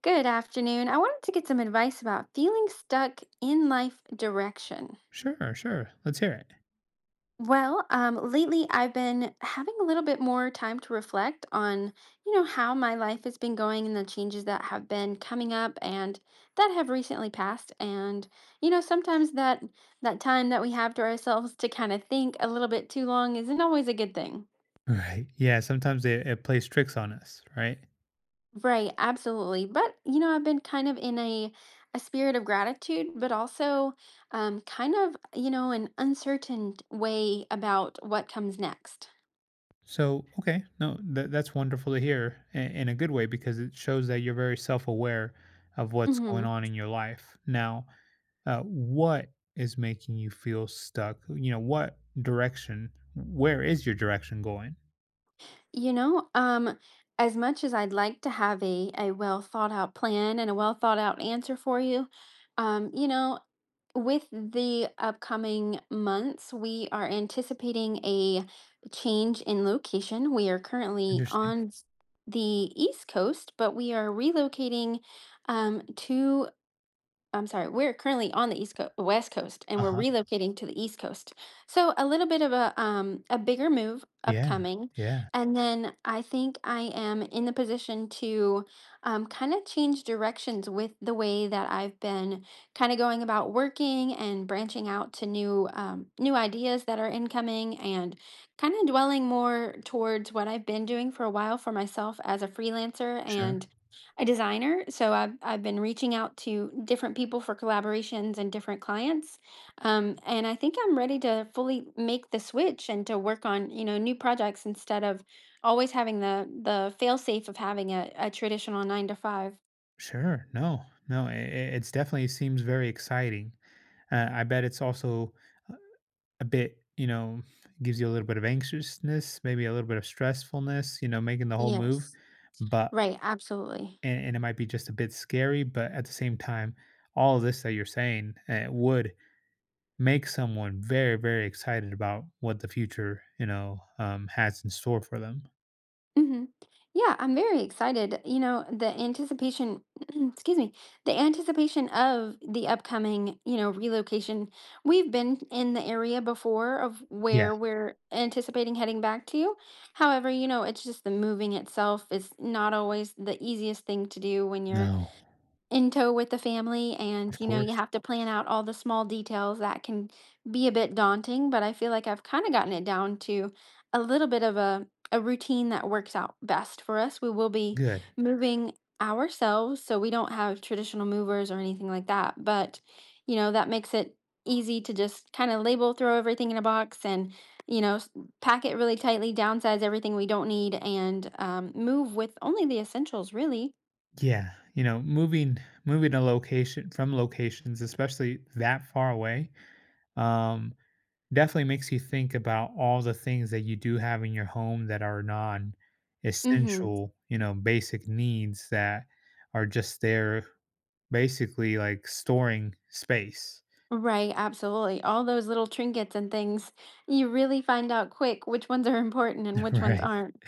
Good afternoon. I wanted to get some advice about feeling stuck in life direction. Sure, sure. Let's hear it. Well, lately I've been having a little bit more time to reflect on, how my life has been going and the changes that have been coming up and that have recently passed. And, sometimes that time that we have to ourselves to kind of think a little bit too long isn't always a good thing. Right. Yeah, sometimes it plays tricks on us, right? Right, absolutely. But I've been kind of in a spirit of gratitude, but also kind of, an uncertain way about what comes next. So, okay, no, th- That's wonderful to hear in a good way because it shows that you're very self aware of what's going Hmm. on in your life. Now, what is making you feel stuck? You know, what direction, where is your direction going? You know, as much as I'd like to have a well thought out plan and a well thought out answer for you, um, you know, with the upcoming months, we are anticipating a change in location. We are currently Interesting. on the East Coast, but we are relocating, to— I'm sorry, we're currently on the East Coast, West Coast, and we're Uh-huh. relocating to the East Coast. So a little bit of a bigger move Yeah. upcoming, Yeah. and then I think I am in the position to kind of change directions with the way that I've been kind of going about working and branching out to new ideas that are incoming, and kind of dwelling more towards what I've been doing for a while for myself as a freelancer Sure. and a designer. So I've been reaching out to different people for collaborations and different clients. And I think I'm ready to fully make the switch and to work on, new projects instead of always having the fail safe of having a traditional nine to five. Sure. No, no, it, it's definitely seems very exciting. I bet it's also a bit, you know, gives you a little bit of anxiousness, maybe a little bit of stressfulness, you know, making the whole move. Yes. But Right, absolutely. and it might be just a bit scary, but at the same time, all of this that you're saying would make someone very, very excited about what the future, has in store for them. Hmm. Yeah, I'm very excited. The anticipation, excuse me, the anticipation of the upcoming, relocation. We've been in the area before of Yeah, where we're anticipating heading back to. However, it's just the moving itself is not always the easiest thing to do when you're No. in tow with the family, Of and you course. have to plan out all the small details that can be a bit daunting. But I feel like I've kind of gotten it down to a little bit of a routine that works out best for us. We will be Good. moving ourselves, so we don't have traditional movers or anything like that, but that makes it easy to just kind of label, throw everything in a box, and you know s- pack it really tightly, downsize everything we don't need, and move with only the essentials, really. Yeah, you know, moving a location from locations, especially that far away. Um, Definitely makes you think about all the things that you do have in your home that are non Mm-hmm. essential, you know, basic needs that are just there basically like storing space. Right, absolutely. All those little trinkets and things, you really find out quick which ones are important and which ones Right. aren't.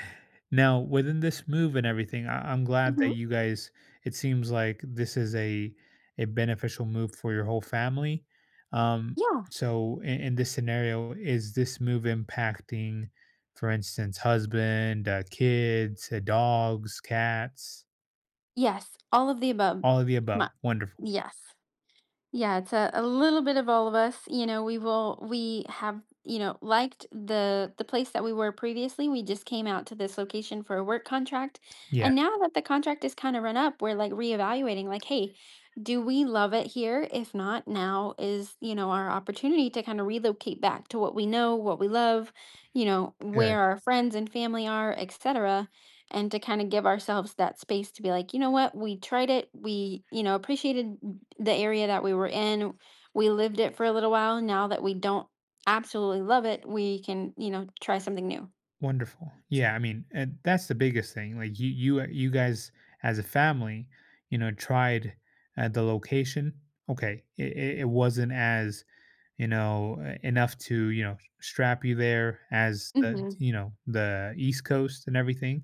Now, within this move and everything, I'm glad that Hmm. you guys. It seems like this is a beneficial move for your whole family. Um, Yeah. so, in this scenario, is this move impacting, for instance, husband, kids, dogs, cats, Yes. All of the above. all of the above? My, Wonderful. yes. Yeah, it's a little bit of all of us. You know, we will, we have, liked the place that we were previously. We just came out to this location for a work contract. Yeah. And now that the contract is kind of run up, we're like reevaluating, like, hey, do we love it here? If not, now is, our opportunity to kind of relocate back to what we know, what we love, Good. where our friends and family are, etc., and to kind of give ourselves that space to be like, you know what, we tried it. We, appreciated the area that we were in. We lived it for a little while. Now that we don't absolutely love it, we can, try something new. Wonderful. Yeah, I mean, and that's the biggest thing. Like you guys as a family, you know, tried the location. Okay, it wasn't as enough to you know strap you there as the Hmm. you know the East Coast and everything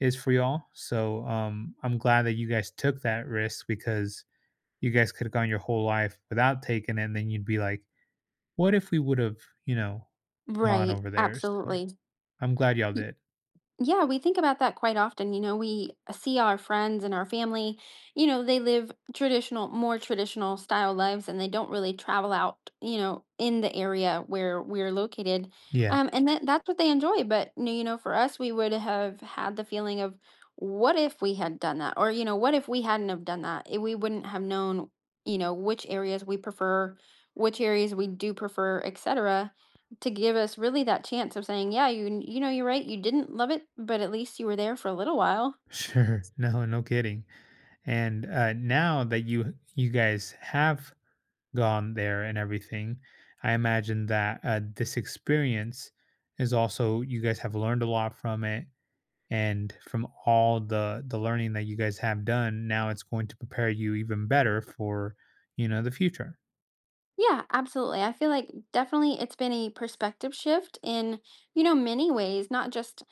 is for y'all. So I'm glad that you guys took that risk because you guys could have gone your whole life without taking it, and then you'd be like, what if we would have you know gone Right. over there? So Absolutely. I'm glad y'all did. Yeah, we think about that quite often. You know, we see our friends and our family, they live traditional, more traditional style lives, and they don't really travel out, in the area where we're located. Yeah. And that's what they enjoy. But you know, for us, we would have had the feeling of, what if we had done that? Or, what if we hadn't have done that? Eh, we wouldn't have known, which areas we prefer, which areas we do prefer, etc., to give us really that chance of saying, "Yeah, you you're right. You didn't love it, but at least you were there for a little while." Sure. No, no kidding. And now that you guys have gone there and everything, I imagine that this experience is also you guys have learned a lot from it, and from all the learning that you guys have done, now it's going to prepare you even better for you know the future. Yeah, absolutely. I feel like definitely it's been a perspective shift in, many ways, not just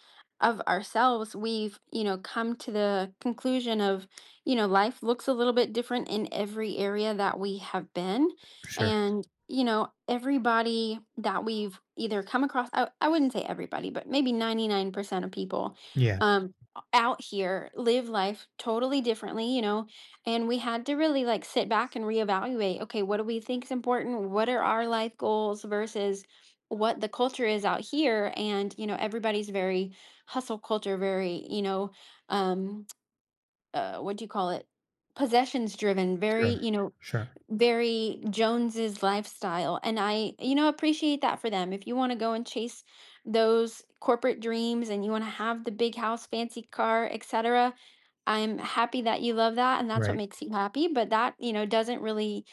of ourselves. We've, come to the conclusion of, life looks a little bit different in every area that we have been. Sure. And, everybody that we've either come across, I wouldn't say everybody, but maybe 99% of people Yeah. um, out here live life totally differently, and we had to really like sit back and reevaluate, okay, what do we think is important? What are our life goals versus what the culture is out here? And, everybody's very hustle culture, very, um, what do you call it? Possessions driven, very, Sure. Sure. very Jones's lifestyle. And I, appreciate that for them. If you want to go and chase those corporate dreams and you want to have the big house, fancy car, etc., I'm happy that you love that, and that's what Right. makes you happy, but that, doesn't really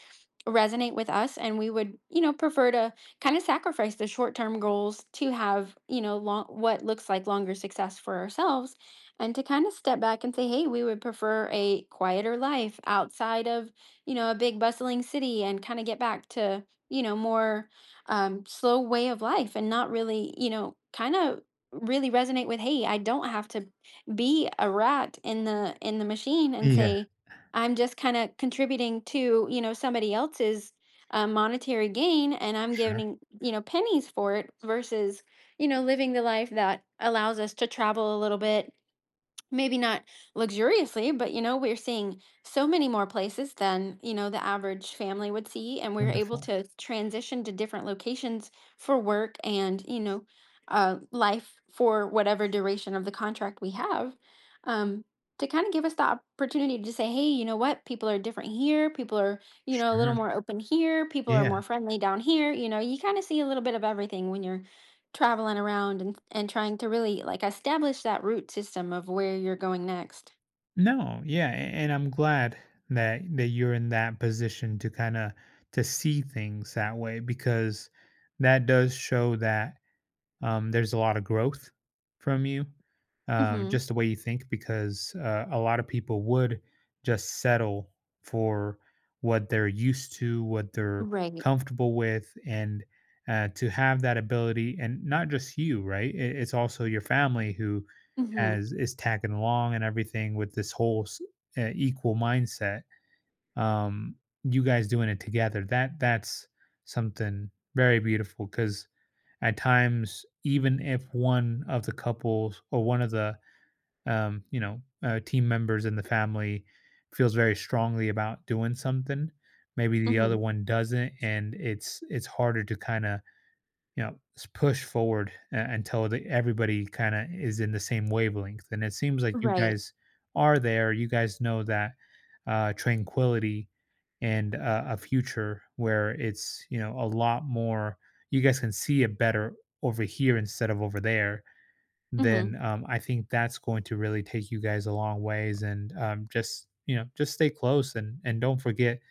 resonate with us, and we would prefer to kind of sacrifice the short-term goals to have, long, what looks like longer success for ourselves, and to kind of step back and say, hey, we would prefer a quieter life outside of, a big bustling city, and kind of get back to, more, slow way of life, and not really, kind of really resonate with, hey, I don't have to be a rat in the machine, and Yeah. say, I'm just kind of contributing to, somebody else's monetary gain, and I'm Sure. giving, pennies for it versus, living the life that allows us to travel a little bit, maybe not luxuriously, but we're seeing so many more places than, the average family would see. And we're able Wonderful. to transition to different locations for work and, life for whatever duration of the contract we have. Um, to kind of give us the opportunity to say, hey, you know what, people are different here. People are, a little Sure. more open here. People are Yeah. more friendly down here. You know, you kind of see a little bit of everything when you're traveling around, and trying to really like establish that root system of where you're going next. No, yeah, and I'm glad that you're in that position to kind of to see things that way because that does show that there's a lot of growth from you, Mhm. just the way you think, because a lot of people would just settle for what they're used to, what they're Right. comfortable with, and to have that ability, and not just you, right? It's also your family who Mhm. has is tagging along and everything with this whole equal mindset. Um, you guys doing it together. That's something very beautiful because at times, even if one of the couples or one of the team members in the family feels very strongly about doing something, maybe the other Mhm. one doesn't, and it's harder to kind of push forward until the, everybody kind of is in the same wavelength. And it seems like you Right. guys are there. You guys know that tranquility and a future where it's you know a lot more. You guys can see it better over here instead of over there. Then Mhm. I think that's going to really take you guys a long ways. And just you know, just stay close and don't forget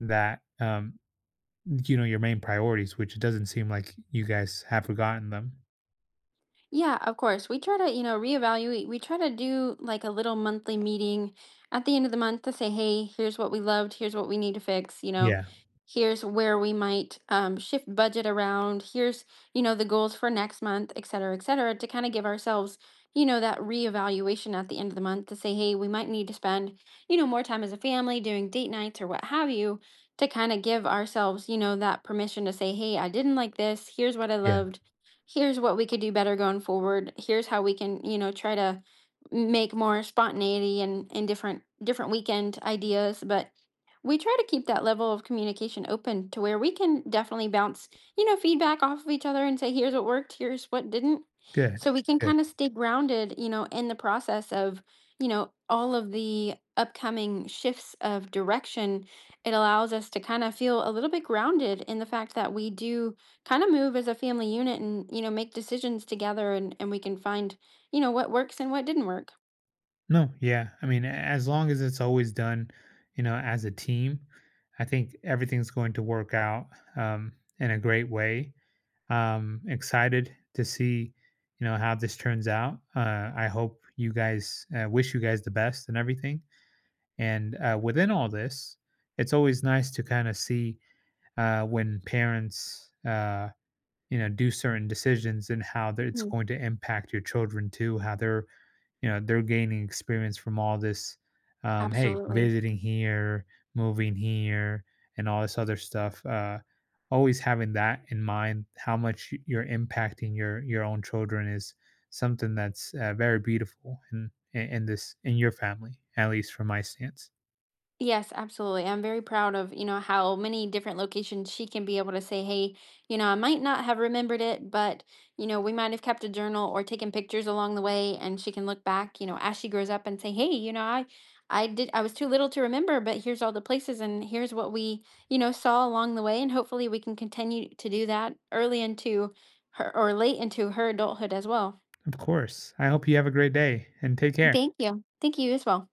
that. You know, your main priorities, which it doesn't seem like you guys have forgotten them. Yeah, of course. We try to, reevaluate. We try to do like a little monthly meeting at the end of the month to say, hey, here's what we loved, here's what we need to fix, Yeah. here's where we might shift budget around, here's, the goals for next month, et cetera, to kind of give ourselves, that reevaluation at the end of the month to say, hey, we might need to spend, more time as a family doing date nights or what have you, to kind of give ourselves, that permission to say, hey, I didn't like this, here's what I Yeah. loved, here's what we could do better going forward, here's how we can, try to make more spontaneity, and different weekend ideas. But we try to keep that level of communication open to where we can definitely bounce, feedback off of each other and say, here's what worked, here's what didn't, Good. so we can Good. kind of stay grounded, in the process of, all of the upcoming shifts of direction. It allows us to kind of feel a little bit grounded in the fact that we do kind of move as a family unit, and make decisions together, and we can find, what works and what didn't work. No, yeah. I mean, as long as it's always done, you know, as a team, I think everything's going to work out um, in a great way. Excited to see, you know, how this turns out. I hope you guys wish you guys the best and everything. And within all this, it's always nice to kind of see when parents you know, do certain decisions and how that it's Mhm. going to impact your children too, how they're, you know, they're gaining experience from all this, hey, Absolutely. visiting here, moving here, and all this other stuff. Always having that in mind, how much you're impacting your own children is something that's very beautiful in this in your family, at least from my stance. Yes, absolutely. I'm very proud of, how many different locations she can be able to say, hey, I might not have remembered it, but, we might have kept a journal or taken pictures along the way, and she can look back, as she grows up and say, hey, I did I was too little to remember, but here's all the places and here's what we, saw along the way, and hopefully we can continue to do that early into her or late into her adulthood as well. Of course. I hope you have a great day and take And care. thank you. Thank you as well.